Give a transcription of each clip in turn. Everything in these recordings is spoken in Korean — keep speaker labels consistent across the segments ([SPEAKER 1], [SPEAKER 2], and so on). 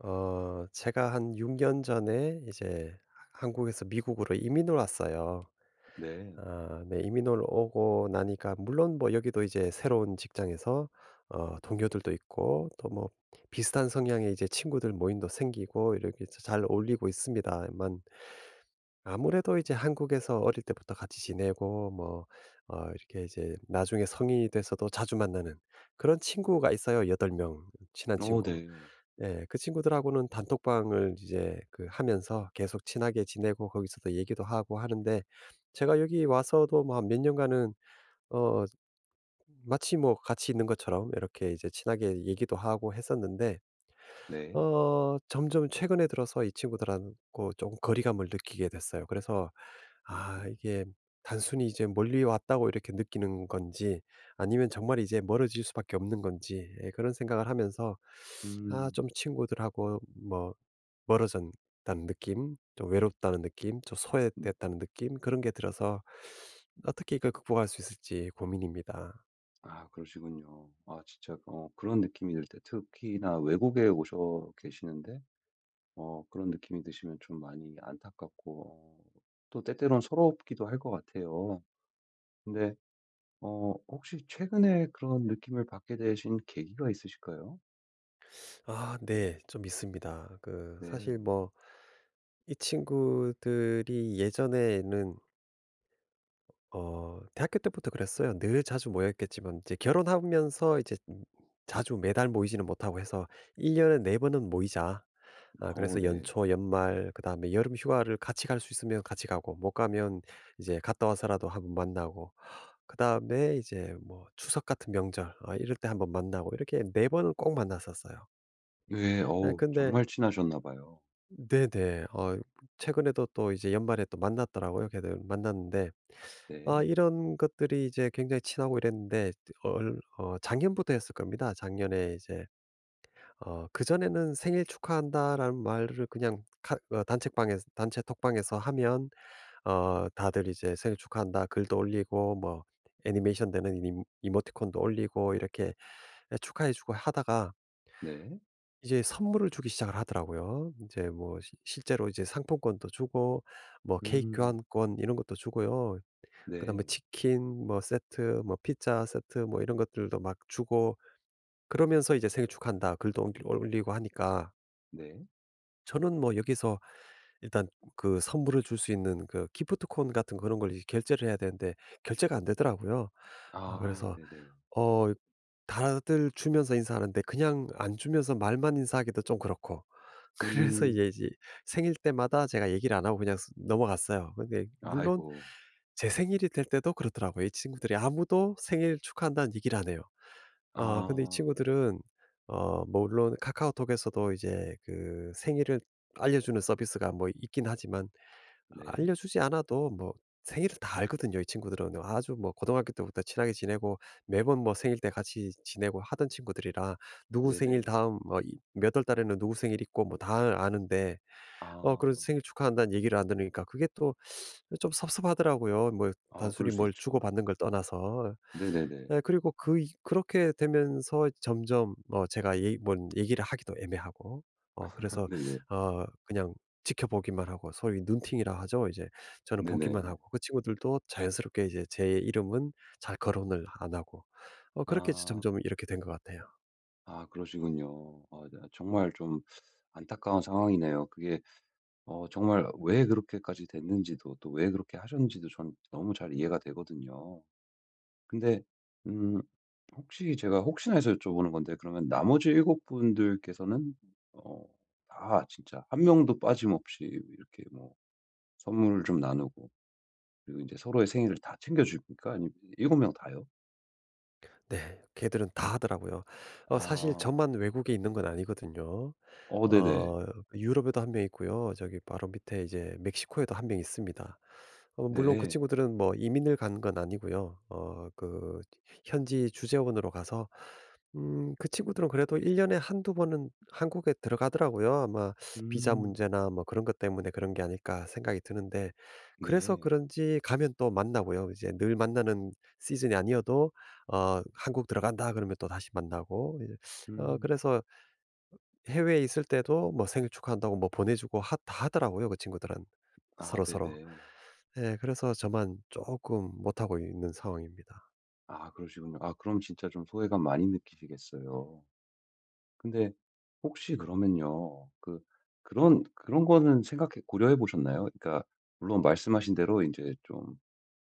[SPEAKER 1] 제가 한 6년 전에 이제 한국에서 미국으로 이민 을 왔어요.
[SPEAKER 2] 네.
[SPEAKER 1] 아 네. 이민 을 오고 나니까 물론 뭐 여기도 이제 새로운 직장에서 동료들도 있고 또 뭐 비슷한 성향의 이제 친구들 모임도 생기고 이렇게 잘 어울리고 있습니다만, 아무래도 이제 한국에서 어릴 때부터 같이 지내고 뭐 이렇게 이제 나중에 성인이 돼서도 자주 만나는 그런 친구가 있어요. 여덟 명, 친한
[SPEAKER 2] 어
[SPEAKER 1] 친구.
[SPEAKER 2] 네.
[SPEAKER 1] 예. 그 친구들하고는 단톡방을 이제 그 하면서 계속 친하게 지내고, 거기서도 얘기도 하고 하는데, 제가 여기 와서도 뭐 몇 년간은 어 마치 뭐 같이 있는 것처럼 이렇게 이제 친하게 얘기도 하고 했었는데,
[SPEAKER 2] 네.
[SPEAKER 1] 점점 최근에 들어서 이 친구들하고 좀 거리감을 느끼게 됐어요. 그래서 아
[SPEAKER 2] 아이고.
[SPEAKER 1] 이게 단순히 이제 '멀리 왔다.'고 이렇게 느끼는 건지, 아니면 정말 이제 멀어질 수밖에 없는 건지, 예 그런 생각을 하면서 아
[SPEAKER 2] 음.
[SPEAKER 1] 좀 친구들하고 뭐 멀어졌다는 느낌, 좀 외롭다는 느낌, 좀
[SPEAKER 2] 음.
[SPEAKER 1] 소외됐다는 느낌, 그런 게 들어서 어떻게 이걸 극복할 수 있을지 고민입니다.
[SPEAKER 2] 아 그러시군요. 아 진짜 그런 느낌이 들 때 특히나 외국에 오셔 계시는데 그런 느낌이 드시면 좀 많이 안타깝고 또 때때론 서럽기도 할 것 같아요. 근데 혹시 최근에 그런 느낌을 받게 되신 계기가 있으실까요?
[SPEAKER 1] 아 네. 좀 있습니다. 그
[SPEAKER 2] 네.
[SPEAKER 1] 사실 뭐 이 친구들이 예전에는 대학교 때부터 그랬어요. 늘 자주 모였겠지만 이제 결혼하면서 이제 자주 매달 모이지는 못하고 해서 1 년에 4 번은 모이자. 아
[SPEAKER 2] 어
[SPEAKER 1] 그래서
[SPEAKER 2] 네.
[SPEAKER 1] 연초, 연말, 그다음에 여름 휴가를 같이 갈 수 있으면 같이 가고, 못 가면 이제 갔다 와서라도 한번 만나고, 그다음에 이제 뭐 추석 같은 명절 이럴 때 한번 만나고, 이렇게 4 번은 꼭 만났었어요.
[SPEAKER 2] 왜
[SPEAKER 1] 네,
[SPEAKER 2] 어우
[SPEAKER 1] 근데
[SPEAKER 2] 정말 친하셨나 봐요.
[SPEAKER 1] 네네. 최근에도 또 이제 연말에 또 만났더라고요, 걔들. 만났는데
[SPEAKER 2] 네.
[SPEAKER 1] 아 이런 것들이 이제 굉장히 친하고 이랬는데, 얼 어 작년부터 했을 겁니다. 작년에 이제 그전에는 "생일 축하한다."라는 말을 그냥 카 어 단체방에서 단체 톡방에서 하면, 다들 이제 "생일 축하한다." 글도 올리고, 뭐 애니메이션 되는 이모티콘도 올리고, 이렇게 예 축하해 주고 하다가
[SPEAKER 2] 네.
[SPEAKER 1] 이제 선물을 주기 시작을 하더라고요. 이제 뭐 시 실제로 이제 상품권도 주고, 뭐 케이크
[SPEAKER 2] 음.
[SPEAKER 1] 교환권 이런 것도 주고요. 그다음에
[SPEAKER 2] 네.
[SPEAKER 1] 치킨 뭐 세트, 뭐 피자 세트, 뭐 이런 것들도 막 주고, 그러면서 이제 "생일 축하한다." 글도 옮기 올리고 하니까,
[SPEAKER 2] 네.
[SPEAKER 1] 저는 뭐 여기서 일단 그 선물을 줄 수 있는 그 기프트콘 같은 그런 걸 이제 결제를 해야 되는데, 결제가 안 되더라고요. 아
[SPEAKER 2] 아
[SPEAKER 1] 그래서
[SPEAKER 2] 네네.
[SPEAKER 1] 어 다들 주면서 인사하는데 그냥 안 주면서 말만 인사하기도 좀 그렇고, 그래서 이제
[SPEAKER 2] 음.
[SPEAKER 1] 이제 생일 때마다 제가 얘기를 안 하고 그냥 넘어갔어요. 근데 물론
[SPEAKER 2] 아이고.
[SPEAKER 1] 제 생일이 될 때도 그렇더라고요. 이 친구들이 아무도 생일 축하한다는 얘기를 안 해요. 아 근데 이
[SPEAKER 2] 아.
[SPEAKER 1] 친구들은 뭐 물론 카카오톡에서도 이제 그 생일을 알려주는 서비스가 뭐 있긴 하지만,
[SPEAKER 2] 네.
[SPEAKER 1] 알려주지 않아도 뭐 생일을 다 알거든요, 이 친구들은. 아주 뭐 고등학교 때부터 친하게 지내고 매번 뭐 생일 때 같이 지내고 하던 친구들이라, 누구 생일
[SPEAKER 2] 네네.
[SPEAKER 1] 다음 뭐몇월 달에는 누구 생일 있고 뭐 다 아는데,
[SPEAKER 2] 아.
[SPEAKER 1] 그런 생일 축하한다는 얘기를 안 들으니까 그게 또 좀 섭섭하더라고요. 뭐
[SPEAKER 2] 아 그럴
[SPEAKER 1] 단순히
[SPEAKER 2] 수
[SPEAKER 1] 뭘
[SPEAKER 2] 있죠.
[SPEAKER 1] 주고받는 걸 떠나서.
[SPEAKER 2] 네네네.
[SPEAKER 1] 예 그리고 그 이 그렇게 되면서 점점 제가 얘 뭔 얘기를 하기도 애매하고, 그래서
[SPEAKER 2] 네네.
[SPEAKER 1] 그냥 지켜보기만 하고 소위 눈팅이라 하죠. 이제 저는 보기만
[SPEAKER 2] 네네.
[SPEAKER 1] 하고 그 친구들도 자연스럽게 이제 제 이름은 잘 거론을 안 하고, 그렇게
[SPEAKER 2] 아.
[SPEAKER 1] 점점 이렇게 된 것 같아요.
[SPEAKER 2] 아 그러시군요. 아 네 정말 좀 안타까운 상황이네요. 그게 정말 왜 그렇게까지 됐는지도 또 왜 그렇게 하셨는지도 전 너무 잘 이해가 되거든요. 근데 음 혹시 제가 혹시나 해서 여쭤보는 건데 그러면 나머지 일곱 분들께서는 어 다 진짜 한 명도 빠짐없이 이렇게 뭐 선물을 좀 나누고 그리고 제 서로의 생일을 다 챙겨 줍니까? 아니면 일곱 명 다요?
[SPEAKER 1] 네. 걔들은 다 하더라고요. 사실
[SPEAKER 2] 아.
[SPEAKER 1] 저만 외국에 있는 건 아니거든요.
[SPEAKER 2] 어 네네.
[SPEAKER 1] 어 유럽에도 한 명 있고요. 저기 바로 밑에 이제 멕시코에도 한 명 있습니다. 물론 그
[SPEAKER 2] 네.
[SPEAKER 1] 친구들은 뭐 이민을 간 건 아니고요. 그 현지 주재원으로 가서 그 친구들은 그래도 1 년에 한두 번은 한국에 들어가더라고요. 아마 비자
[SPEAKER 2] 음.
[SPEAKER 1] 문제나 뭐 그런 것 때문에 그런 게 아닐까 생각이 드는데, 그래서
[SPEAKER 2] 네.
[SPEAKER 1] 그런지 가면 또 만나고요. 이제 늘 만나는 시즌이 아니어도 "한국 들어간다." 그러면 또 다시 만나고 이제
[SPEAKER 2] 음.
[SPEAKER 1] 그래서 해외에 있을 때도 뭐 생일 축하한다고 뭐 보내 주고 하 다 하더라고요, 그 친구들은,
[SPEAKER 2] 아
[SPEAKER 1] 서로서로.
[SPEAKER 2] 네네.
[SPEAKER 1] 네, 그래서 저만 조금 못하고 있는 상황입니다.
[SPEAKER 2] 아 그러시군요. 아 그럼 진짜 좀 소외감 많이 느끼시겠어요. 근데 혹시 그러면요. 그런 거는 생각해 고려해 보셨나요? 그러니까 물론 말씀하신 대로 인제 좀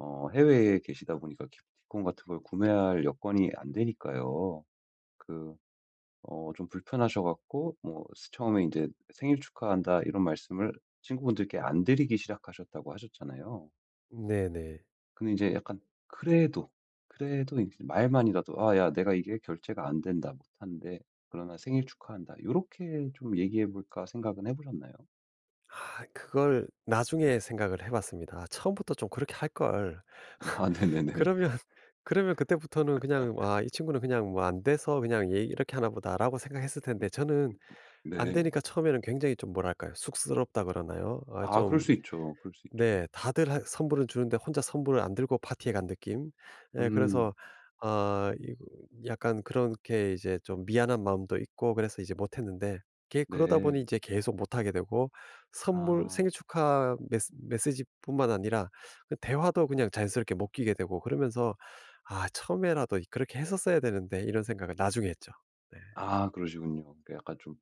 [SPEAKER 2] 해외에 계시다 보니까 기프티콘 같은 걸 구매할 여건이 안 되니까요. 그 좀 불편하셔 갖고 뭐 스 처음에 이제 "생일 축하한다." 이런 말씀을 친구분들께 안 드리기 시작하셨다고 하셨잖아요.
[SPEAKER 1] 네네.
[SPEAKER 2] 근데 이제 약간 그래도, 그래도 이제 말만이라도 "아 야 내가 이게 결제가 안 된다. 못 한대. 그러나 생일 축하한다." 요렇게 좀 얘기해 볼까 생각은 해 보셨나요?
[SPEAKER 1] 아 그걸 나중에 생각을 해 봤습니다. '아 처음부터 좀 그렇게 할걸.'
[SPEAKER 2] 아 네네네.
[SPEAKER 1] 그러면 그러면 그때부터는 그냥 '아 이 친구는 그냥 뭐 안 돼서 그냥 얘 이렇게 하나 보다.'라고 생각했을 텐데, 저는 안
[SPEAKER 2] 네.
[SPEAKER 1] 되니까 처음에는 굉장히 좀 뭐랄까요? 쑥스럽다 그러나요? 아
[SPEAKER 2] 아 그럴
[SPEAKER 1] 좀
[SPEAKER 2] 수 있죠. 그럴 수 있죠.
[SPEAKER 1] 네. 다들 하 선물은 주는데 혼자 선물을 안 들고 파티에 간 느낌. 예
[SPEAKER 2] 음.
[SPEAKER 1] 그래서 아 이 약간 그렇게 이제 좀 미안한 마음도 있고 그래서 이제 못 했는데, 걔 그러다
[SPEAKER 2] 네.
[SPEAKER 1] 보니 이제 계속 못 하게 되고, 선물
[SPEAKER 2] 아.
[SPEAKER 1] 생일 축하 메시지뿐만 아니라 그 대화도 그냥 자연스럽게 못 끼게 되고, 그러면서 '아 처음에라도 그렇게 했었어야 되는데.' 이런 생각을 나중에 했죠. 네.
[SPEAKER 2] 아 그러시군요. 그러니까 약간 좀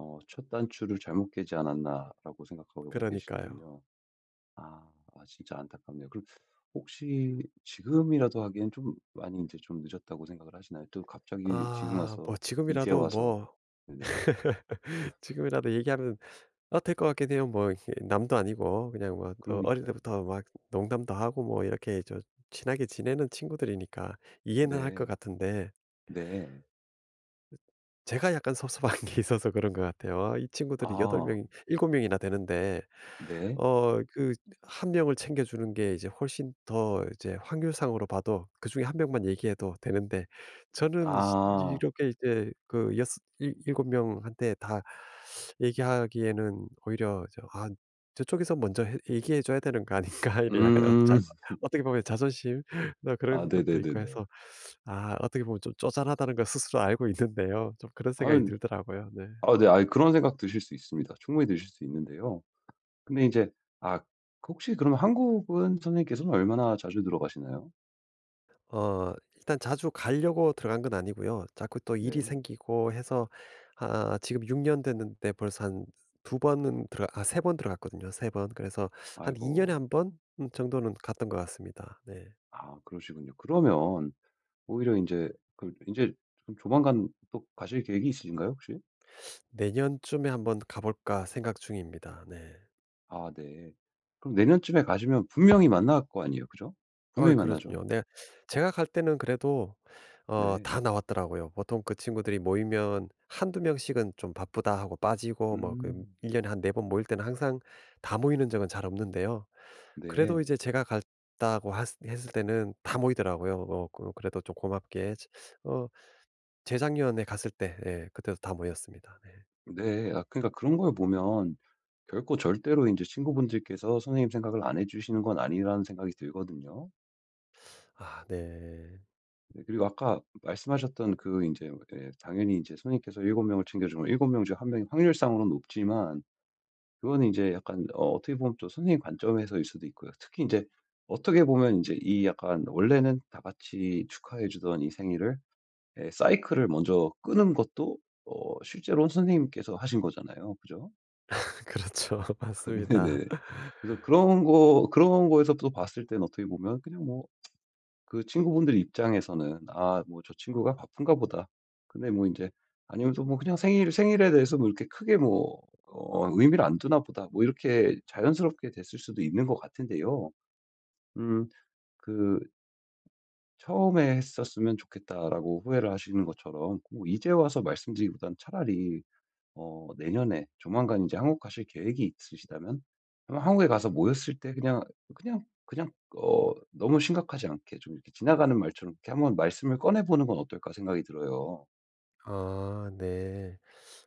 [SPEAKER 2] '첫 단추를 잘못 깨지 않았나.'라고 생각하고
[SPEAKER 1] 그러니까요.
[SPEAKER 2] 계시는군요. 아. 아 진짜 안타깝네요. 그럼 혹시 지금이라도 하기엔 좀 많이 이제 좀 늦었다고 생각을 하시나요? 또 갑자기 지금
[SPEAKER 1] 아 뭐
[SPEAKER 2] 와서 이제
[SPEAKER 1] 지금이라도
[SPEAKER 2] 와서
[SPEAKER 1] 뭐
[SPEAKER 2] 네네.
[SPEAKER 1] 지금이라도 얘기하면 아 될 것 같긴 해요. 뭐 이렇게 남도 아니고 그냥 뭐 또 어릴
[SPEAKER 2] 그러니까요.
[SPEAKER 1] 때부터 막 농담도 하고 뭐 이렇게 친하게 지내는 친구들이니까 이해는 할 것
[SPEAKER 2] 네.
[SPEAKER 1] 같은데,
[SPEAKER 2] 네.
[SPEAKER 1] 제가 약간 섭섭한 게 있어서 그런 것 같아요. 아, 이 친구들이 여덟
[SPEAKER 2] 아.
[SPEAKER 1] 명일7 명이나 되는데,
[SPEAKER 2] 네.
[SPEAKER 1] 그 한 명을 챙겨 주는 게 이제 훨씬 더 이제 확률상으로 봐도 그중에 한 명만 얘기해도 되는데, 저는 시
[SPEAKER 2] 아.
[SPEAKER 1] 이렇게 이제 그 여스 일 7 명한테 다 얘기하기에는 오히려 '아 저쪽에서 먼저 해 얘기해 줘야 되는 거 아닌가.' 이런 약간 어 자
[SPEAKER 2] 음.
[SPEAKER 1] 어떻게 보면 자존심
[SPEAKER 2] 아
[SPEAKER 1] 그런 것도 있고
[SPEAKER 2] 네네네네.
[SPEAKER 1] 해서, 아 어떻게 보면 좀 쪼잔하다는 걸 스스로 알고 있는데요. 좀 그런 생각이
[SPEAKER 2] 아유
[SPEAKER 1] 들더라고요. 네.
[SPEAKER 2] 아 네. 아 그런 생각 드실 수 있습니다. 충분히 드실 수 있는데요. 근데 이제아 그 혹시 그럼 한국은 선생님께서는 얼마나 자주 들어가시나요?
[SPEAKER 1] 일단 자주 가려고 들어간 건 아니고요. 자꾸 또 일이
[SPEAKER 2] 네.
[SPEAKER 1] 생기고 해서 아 지금 6년 됐는데 벌써 한 2 번은 들어 아 3번 들어갔거든요, 3 번. 그래서 한 2 년에
[SPEAKER 2] 아이고.
[SPEAKER 1] 한번 정도는 갔던 것 같습니다. 네.
[SPEAKER 2] 아 그러시군요. 그러면 오히려 인제 그 인제 좀 조만간 또 가실 계획이 있으신가요 혹시?
[SPEAKER 1] '내년쯤에 한번 가 볼까.' 생각 중입니다. 네.
[SPEAKER 2] 아 네. 그럼 내년쯤에 가시면 분명히 만날 거 아니에요. 그죠?
[SPEAKER 1] 어이
[SPEAKER 2] 분명히 만나죠?
[SPEAKER 1] 그렇군요. 네. 제가 갈 때는 그래도
[SPEAKER 2] 네.
[SPEAKER 1] 다 나왔더라고요. 보통 그 친구들이 모이면 한두 명씩은 좀 바쁘다 하고 빠지고 뭐 그
[SPEAKER 2] 음.
[SPEAKER 1] 1 년에 한 네 번 모일 때는 항상 다 모이는 적은 잘 없는데요. 그래도
[SPEAKER 2] 네.
[SPEAKER 1] 이제 제가 갔다고 하 했을 때는 다 모이더라고요. 그래도 좀 고맙게 지 어 재작년에 갔을 때 예 그때도 다 모였습니다. 네.
[SPEAKER 2] 네. 아 그러니까 그런 걸 보면 결코 절대로 인제 친구분들께서 선생님 생각을 안 해 주시는 건 아니라는 생각이 들거든요.
[SPEAKER 1] 아 네.
[SPEAKER 2] 네, 그리고 아까 말씀하셨던 그 이제 예 당연히 이제 손님께서 7 명을 챙겨주면 7명중 한 명이 확률상으로는 높지만 그거는 제 약간 어떻게 보면 또 선생님 관점에서일 수도 있고요. 특히 이제 어떻게 보면 이제 이 약간 원래는 다 같이 축하해 주던 이 생일을 예 사이클을 먼저 끄는 것도 실제로는 선생님께서 하신 거잖아요. 그죠?
[SPEAKER 1] 그렇죠. 맞습니다.
[SPEAKER 2] 네네. 그래서 그런 거 그런 거에서 또 봤을 때 어떻게 보면 그냥 뭐 그 친구분들 입장에서는 '아 뭐 저 친구가 바쁜가 보다.' 근데 뭐 이제 아니면 또 뭐 '그냥 생일 생일에 대해서 뭐 이렇게 크게 뭐 의미를 안 두나 보다.' 뭐 이렇게 자연스럽게 됐을 수도 있는 것 같은데요. 음 그 "처음에 했었으면 좋겠다."라고 후회를 하시는 것처럼 뭐 이제 와서 말씀드리기보다는 차라리 내년에 조만간 이제 한국 가실 계획이 있으시다면 아마 한국에 가서 모였을 때 그냥 그냥 너무 심각하지 않게 좀 이렇게 지나가는 말처럼 이렇게 한번 말씀을 꺼내 보는 건 어떨까 생각이 들어요.
[SPEAKER 1] 아 네.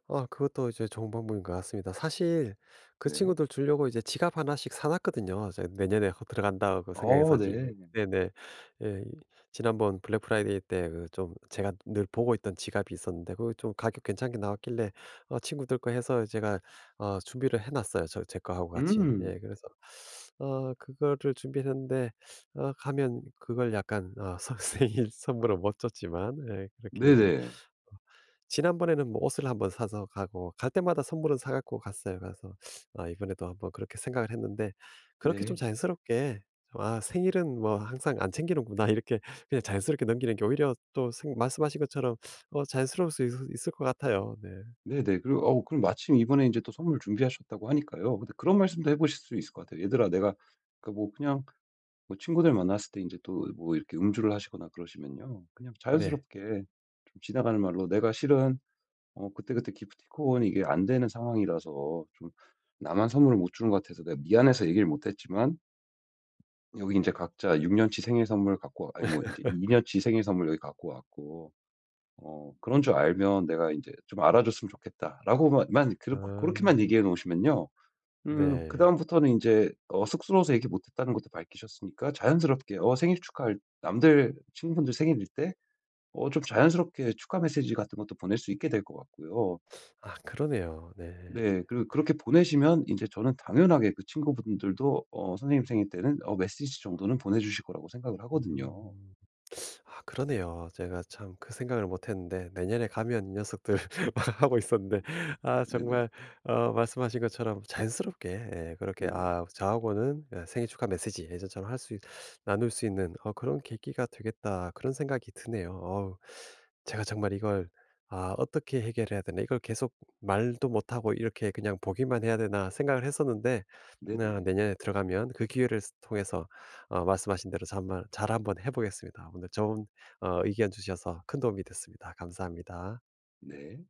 [SPEAKER 1] 아 그것도 이제 좋은 방법인 것 같습니다. 사실 그
[SPEAKER 2] 네.
[SPEAKER 1] 친구들 주려고 이제 지갑 하나씩 사 놨거든요. 제 내년에 거 들어간다고
[SPEAKER 2] 어
[SPEAKER 1] 생각해서 지금
[SPEAKER 2] 네.
[SPEAKER 1] 네네. 예. 이 지난번 블랙 프라이데이 때 그 좀 제가 늘 보고 있던 지갑이 있었는데 그거 좀 가격 괜찮게 나왔길래 친구들 거 해서 제가 준비를 해 놨어요, 제 거하고 같이. 예.
[SPEAKER 2] 음.
[SPEAKER 1] 그래서 그거를 준비했는데, 가면 그걸 약간 생님 선물은 못 줬지만 예 그렇게 이제
[SPEAKER 2] 네네.
[SPEAKER 1] 지난번에는 뭐 옷을 한번 사서 가고 갈 때마다 선물은 사 갖고 갔어요. 그래서 아 이번에도 한번 그렇게 생각을 했는데, 그렇게 좀
[SPEAKER 2] 네.
[SPEAKER 1] 자연스럽게 좀 '아 생일은 뭐 항상 안 챙기는구나.' 이렇게 그냥 자연스럽게 넘기는 게 오히려 또 생 말씀하신 것처럼 자연스러울 수 있을 것 같아요. 네.
[SPEAKER 2] 네네. 그리고 그럼 마침 이번에 이제 또 선물 준비하셨다고 하니까요. 근데 그런 말씀도 해 보실 수 있을 것 같아요. "얘들아 내가" 그 뭐 그냥 뭐 친구들 만났을 때 이제 또 뭐 이렇게 음주를 하시거나 그러시면요. 그냥
[SPEAKER 1] 네.
[SPEAKER 2] 자연스럽게 좀 지나가는 말로 "내가 실은" 그때그때 기프티콘이 이게 안 되는 상황이라서 좀 나만 선물을 못 주는 것 같아서 내가 미안해서 얘기를 못 했지만 여기 이제 각자 6 년치 생일 선물 갖고 와- 아니 뭐 이제 이제2 년치 생일 선물 여기 갖고 왔고 "그런 줄 알면 내가 이제 좀 알아줬으면 좋겠다."라고만 만 그렇게만 얘기해
[SPEAKER 1] 아
[SPEAKER 2] 놓으시면요.
[SPEAKER 1] 네.
[SPEAKER 2] 그다음부터는 이제 쑥스러워서 얘기 못 했다는 것도 밝히셨으니까 자연스럽게 생일 축하할 남들 친구분들 생일일 때 좀 자연스럽게 축하 메시지 같은 것도 보낼 수 있게 될 것 같고요.
[SPEAKER 1] 아 그러네요. 네.
[SPEAKER 2] 네. 그리고 그렇게 보내시면 이제 저는 당연하게 그 친구분들도 선생님 생일 때는 메시지 정도는 보내주실 거라고 생각을 하거든요.
[SPEAKER 1] 음. 아 그러네요. 제가 참 그 생각을 못 했는데 내년에 가면 이 녀석들 막 하고 있었는데,
[SPEAKER 2] 음.
[SPEAKER 1] 아
[SPEAKER 2] 네네.
[SPEAKER 1] 정말 말씀하신 것처럼 자연스럽게 예 그렇게
[SPEAKER 2] 네네.
[SPEAKER 1] 아 저하고는 예 '생일 축하 메시지 예전처럼 할 수 있 나눌 수 있는 그런 계기가 되겠다.' 그런 생각이 드네요. 어우, 제가 정말 이걸 '아 어떻게 해결해야 되나? 이걸 계속 말도 못 하고 이렇게 그냥 보기만 해야 되나?' 생각을 했었는데, 나
[SPEAKER 2] 네네.
[SPEAKER 1] 내년에 들어가면 그 기회를 통해서 말씀하신 대로 정잘 한번 해 보겠습니다. 오늘 좋은 의견 주셔서 큰 도움이 됐습니다. 감사합니다.
[SPEAKER 2] 네.